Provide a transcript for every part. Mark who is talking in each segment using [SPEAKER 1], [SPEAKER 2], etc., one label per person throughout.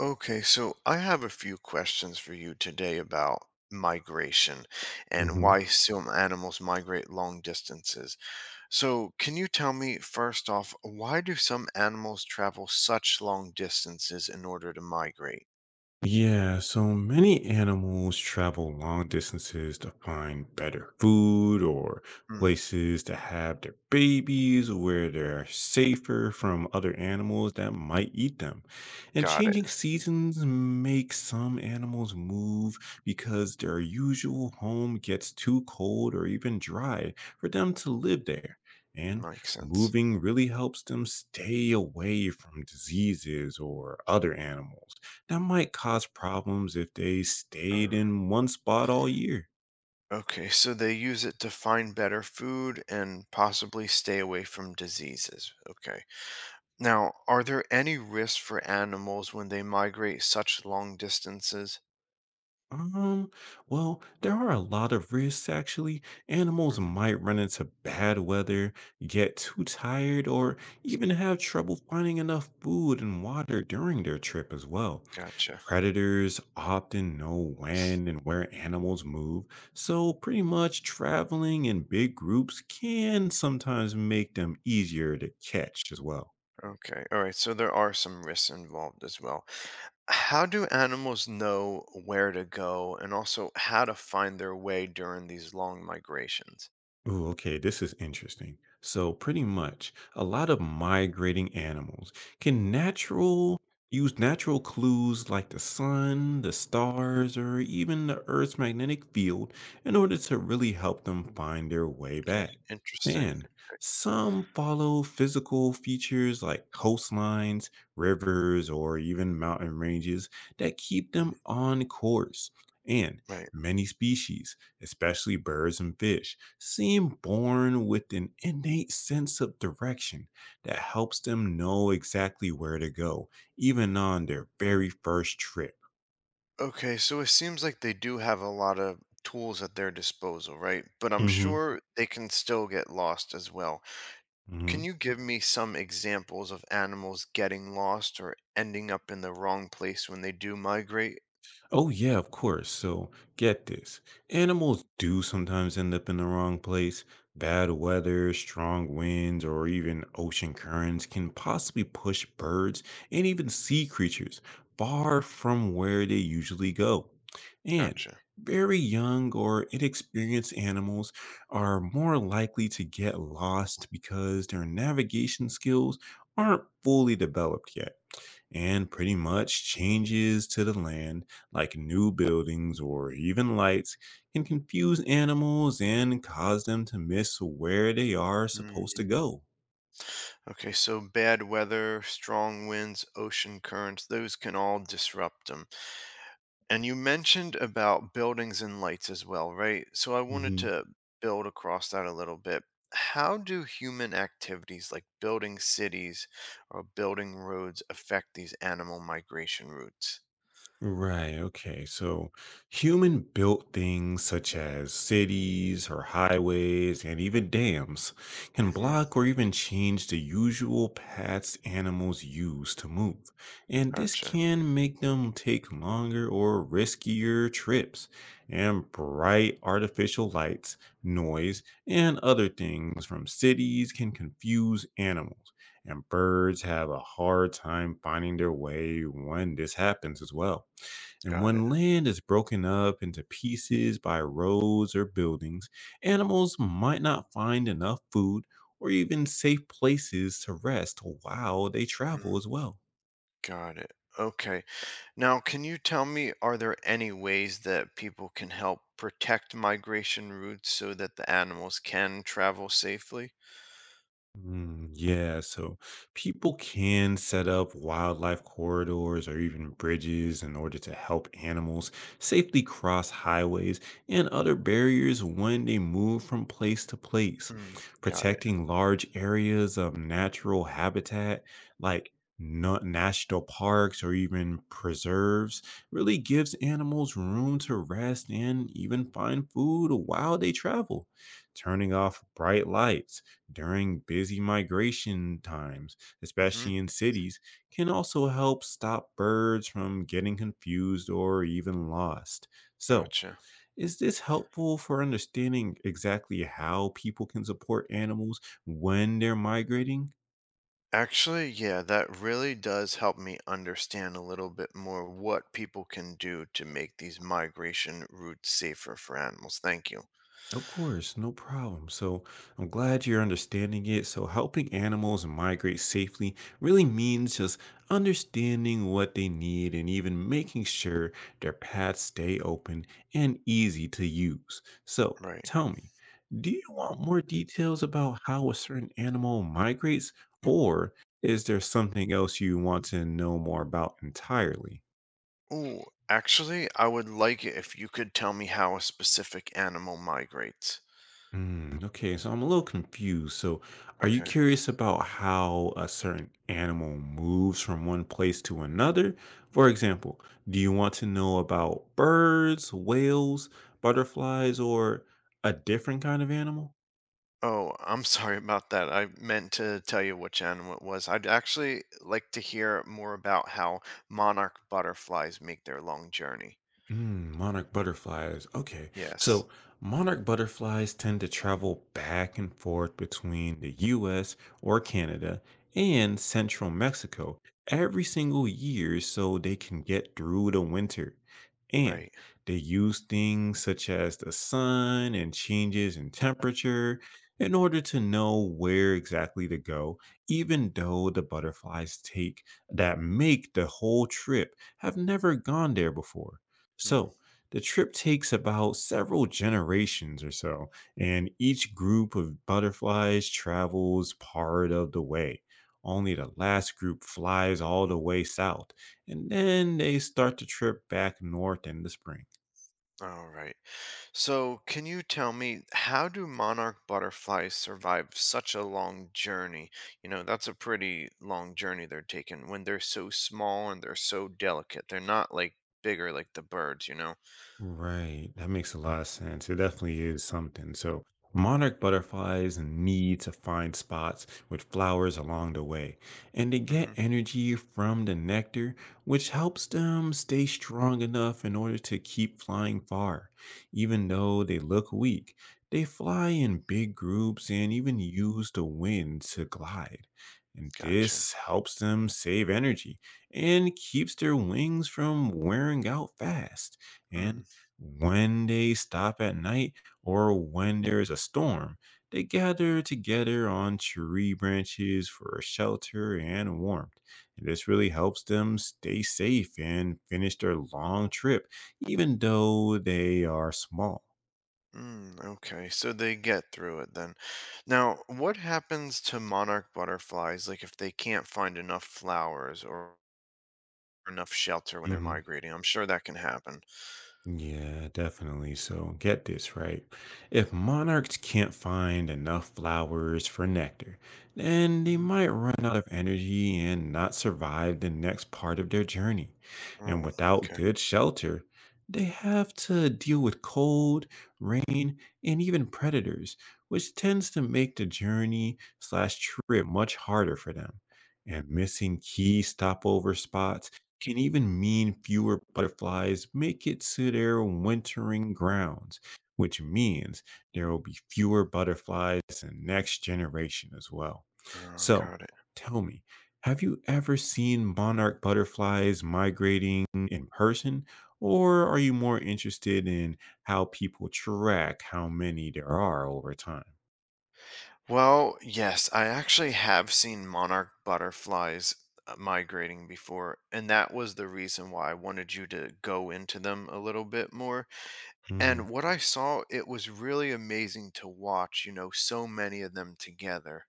[SPEAKER 1] Okay, so I have a few questions for you today about migration and
[SPEAKER 2] hmm
[SPEAKER 1] why some animals migrate long distances. So, can you tell me first off, why do some animals travel such long distances in order to migrate?
[SPEAKER 2] Yeah, so many animals travel long distances to find better food or
[SPEAKER 1] Mm,
[SPEAKER 2] places to have their babies where they're safer from other animals that might eat them. And
[SPEAKER 1] got it.
[SPEAKER 2] changing seasons make some animals move because their usual home gets too cold or even dry for them to live there. And
[SPEAKER 1] Makes sense.
[SPEAKER 2] moving really helps them stay away from diseases or other animals that might cause problems if they stayed
[SPEAKER 1] Uh,
[SPEAKER 2] in one spot all year.
[SPEAKER 1] okay, so they use it to find better food and possibly stay away from diseases. Okay. Now, are there any risks for animals when they migrate such long distances?
[SPEAKER 2] Um, well, there are a lot of risks actually. Animals
[SPEAKER 1] Mhm.
[SPEAKER 2] might run into bad weather, get too tired, or even have trouble finding enough food and water during their trip as well.
[SPEAKER 1] Gotcha.
[SPEAKER 2] Predators often know when and where animals move, so pretty much traveling in big groups can sometimes make them easier to catch as well.
[SPEAKER 1] Okay. All right. So there are some risks involved as well. How do animals know where to go and also how to find their way during these long migrations?
[SPEAKER 2] Ooh, okay, this is interesting. So, pretty much, a lot of migrating animals can natural use natural clues like the sun, the stars, or even the Earth's magnetic field in order to really help them
[SPEAKER 1] Mm.
[SPEAKER 2] find their way
[SPEAKER 1] Okay.
[SPEAKER 2] back.
[SPEAKER 1] Interesting.
[SPEAKER 2] And some follow physical features like coastlines, rivers, or even mountain ranges that keep
[SPEAKER 1] Mm.
[SPEAKER 2] them on course. And
[SPEAKER 1] Right.
[SPEAKER 2] many species, especially birds and fish, seem born with an innate sense of direction that helps them know exactly where to go, even on their very first trip.
[SPEAKER 1] Okay. So it seems like they do have a lot of tools at their disposal, right? But I'm
[SPEAKER 2] hmm
[SPEAKER 1] sure they can still get lost as well. Can you give me some examples of animals getting lost or ending up in the wrong place when they do migrate?
[SPEAKER 2] Oh, yeah, of course. So get this, animals do sometimes end up in the wrong place. Bad weather, strong winds, or even ocean currents can possibly push birds and even sea creatures far from where they usually go. And
[SPEAKER 1] Gotcha.
[SPEAKER 2] very young or inexperienced animals are more likely to get lost because their navigation skills aren't fully developed yet. And pretty much changes to the land like new buildings or even lights can confuse animals and cause them to miss where they are supposed to go.
[SPEAKER 1] Okay, so bad weather, strong winds, ocean currents, those can all disrupt them. And you mentioned about buildings and lights as well, right? So I wanted to build across that a little bit. How do human activities like building cities or building roads affect these animal migration routes?
[SPEAKER 2] Right. Okay. So human built things such as cities or highways and even dams can
[SPEAKER 1] Mm-hmm.
[SPEAKER 2] block or even change the usual paths animals use to move. And this
[SPEAKER 1] Gotcha.
[SPEAKER 2] can make them take longer or riskier trips. And bright artificial lights, noise, and other things from cities can confuse animals. And birds have a hard time finding their way when this happens as well. And
[SPEAKER 1] Got it.
[SPEAKER 2] when land is broken up into pieces by roads or buildings, animals might not find enough food or even safe places to rest while they travel
[SPEAKER 1] Mhm.
[SPEAKER 2] as well.
[SPEAKER 1] Got it. Okay. Now, can you tell me, are there any ways that people can help protect migration routes so that the animals can travel safely?
[SPEAKER 2] Mm, yeah, so people can set up wildlife corridors or even bridges in order to help animals safely cross highways and other barriers when they move from place to place.
[SPEAKER 1] Mm, got it.
[SPEAKER 2] Protecting large areas of natural habitat like national parks or even preserves really gives animals room to rest and even find food while they travel. Turning off bright lights during busy migration times,
[SPEAKER 1] Hmm.
[SPEAKER 2] especially in cities, can also help stop birds from getting confused or even lost. So,
[SPEAKER 1] Gotcha.
[SPEAKER 2] is this helpful for understanding exactly how people can support animals when they're migrating?
[SPEAKER 1] Actually, yeah, that really does help me understand a little bit more what people can do to make these migration routes safer for animals. Thank you.
[SPEAKER 2] Of course, no problem. So I'm glad you're understanding it. So helping animals migrate safely really means just understanding what they need and even making sure their paths stay open and easy to use. So
[SPEAKER 1] Right.
[SPEAKER 2] tell me, do you want more details about how a certain animal migrates, or is there something else you want to know more about entirely?
[SPEAKER 1] Oh, actually, I would like it if you could tell me how a specific animal migrates.
[SPEAKER 2] Mm, okay, so I'm a little confused. So, are you
[SPEAKER 1] Okay.
[SPEAKER 2] curious about how a certain animal moves from one place to another? For example, do you want to know about birds, whales, butterflies, or a different kind of animal?
[SPEAKER 1] Oh, I'm sorry about that. I meant to tell you which animal it was. I'd actually like to hear more about how monarch butterflies make their long journey.
[SPEAKER 2] Mm, monarch butterflies. Okay.
[SPEAKER 1] Yes.
[SPEAKER 2] So monarch butterflies tend to travel back and forth between the US or Canada and central Mexico every single year so they can get through the winter. And
[SPEAKER 1] Right.
[SPEAKER 2] they use things such as the sun and changes in temperature in order to know where exactly to go, even though the butterflies take that make the whole trip have never gone there before.
[SPEAKER 1] Mm.
[SPEAKER 2] So the trip takes about several generations or so, and each group of butterflies travels part of the way. Only the last group flies all the way south, and then they start the trip back north in the spring.
[SPEAKER 1] All right. So, can you tell me how do monarch butterflies survive such a long journey? That's a pretty long journey they're taking when they're so small and they're so delicate. They're not like bigger like the birds,
[SPEAKER 2] Right. That makes a lot of sense. It definitely is something. So, monarch butterflies need to find spots with flowers along the way, and they
[SPEAKER 1] Mm-hmm.
[SPEAKER 2] get energy from the nectar, which helps them stay strong enough in order to keep flying far. Even though they look weak, they fly in big groups and even use the wind to glide. And
[SPEAKER 1] Gotcha.
[SPEAKER 2] this helps them save energy and keeps their wings from wearing out fast.
[SPEAKER 1] Mm,
[SPEAKER 2] And when they stop at night or when there is a storm, they gather together on tree branches for shelter and warmth. And this really helps them stay safe and finish their long trip, even though they are small.
[SPEAKER 1] mm, okay, so they get through it then. Now, what happens to monarch butterflies, like if they can't find enough flowers or enough shelter when they're
[SPEAKER 2] Mhm.
[SPEAKER 1] migrating? I'm sure that can happen.
[SPEAKER 2] Yeah, definitely. So get this right. If monarchs can't find enough flowers for nectar, then they
[SPEAKER 1] Mhm.
[SPEAKER 2] might run out of energy and not survive the next part of their journey. And
[SPEAKER 1] Oh,
[SPEAKER 2] without
[SPEAKER 1] okay.
[SPEAKER 2] good shelter, they have to deal with cold, rain, and even predators, which tends to make the journey slash trip much harder for them. And missing key stopover spots can even mean fewer butterflies make it to their wintering grounds, which means there will be fewer butterflies in next generation as well.
[SPEAKER 1] Oh,
[SPEAKER 2] So,
[SPEAKER 1] got it.
[SPEAKER 2] tell me, have you ever seen monarch butterflies migrating in person, or are you more interested in how people track how many there are over time?
[SPEAKER 1] Well, yes, I actually have seen monarch butterflies migrating before, and that was the reason why I wanted you to go into them a little bit more.
[SPEAKER 2] Mhm.
[SPEAKER 1] And what I saw, it was really amazing to watch, so many of them together.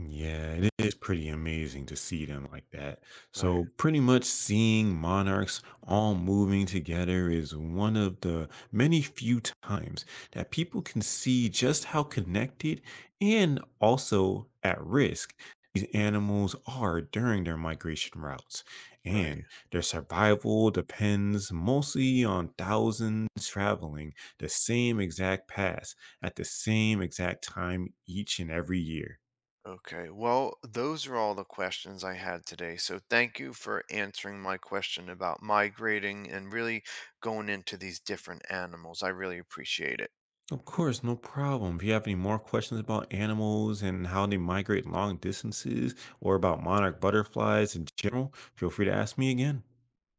[SPEAKER 2] Yeah, it is pretty amazing to see them like that.
[SPEAKER 1] Right.
[SPEAKER 2] So, pretty much seeing monarchs all moving together is one of the many few times that people can see just how connected and also at risk these
[SPEAKER 1] Mm,
[SPEAKER 2] animals are during their migration routes.
[SPEAKER 1] right.
[SPEAKER 2] And their survival depends mostly on thousands traveling the same exact path at the same exact time each and every year.
[SPEAKER 1] Okay. Well, those are all the questions I had today. So thank you for answering my question about migrating and really going into these different animals. I really appreciate it.
[SPEAKER 2] Of course, no problem. If you have any more questions about animals and how they migrate long distances or about monarch butterflies in general, feel free to ask me again.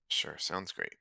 [SPEAKER 1] Sure. Sounds great.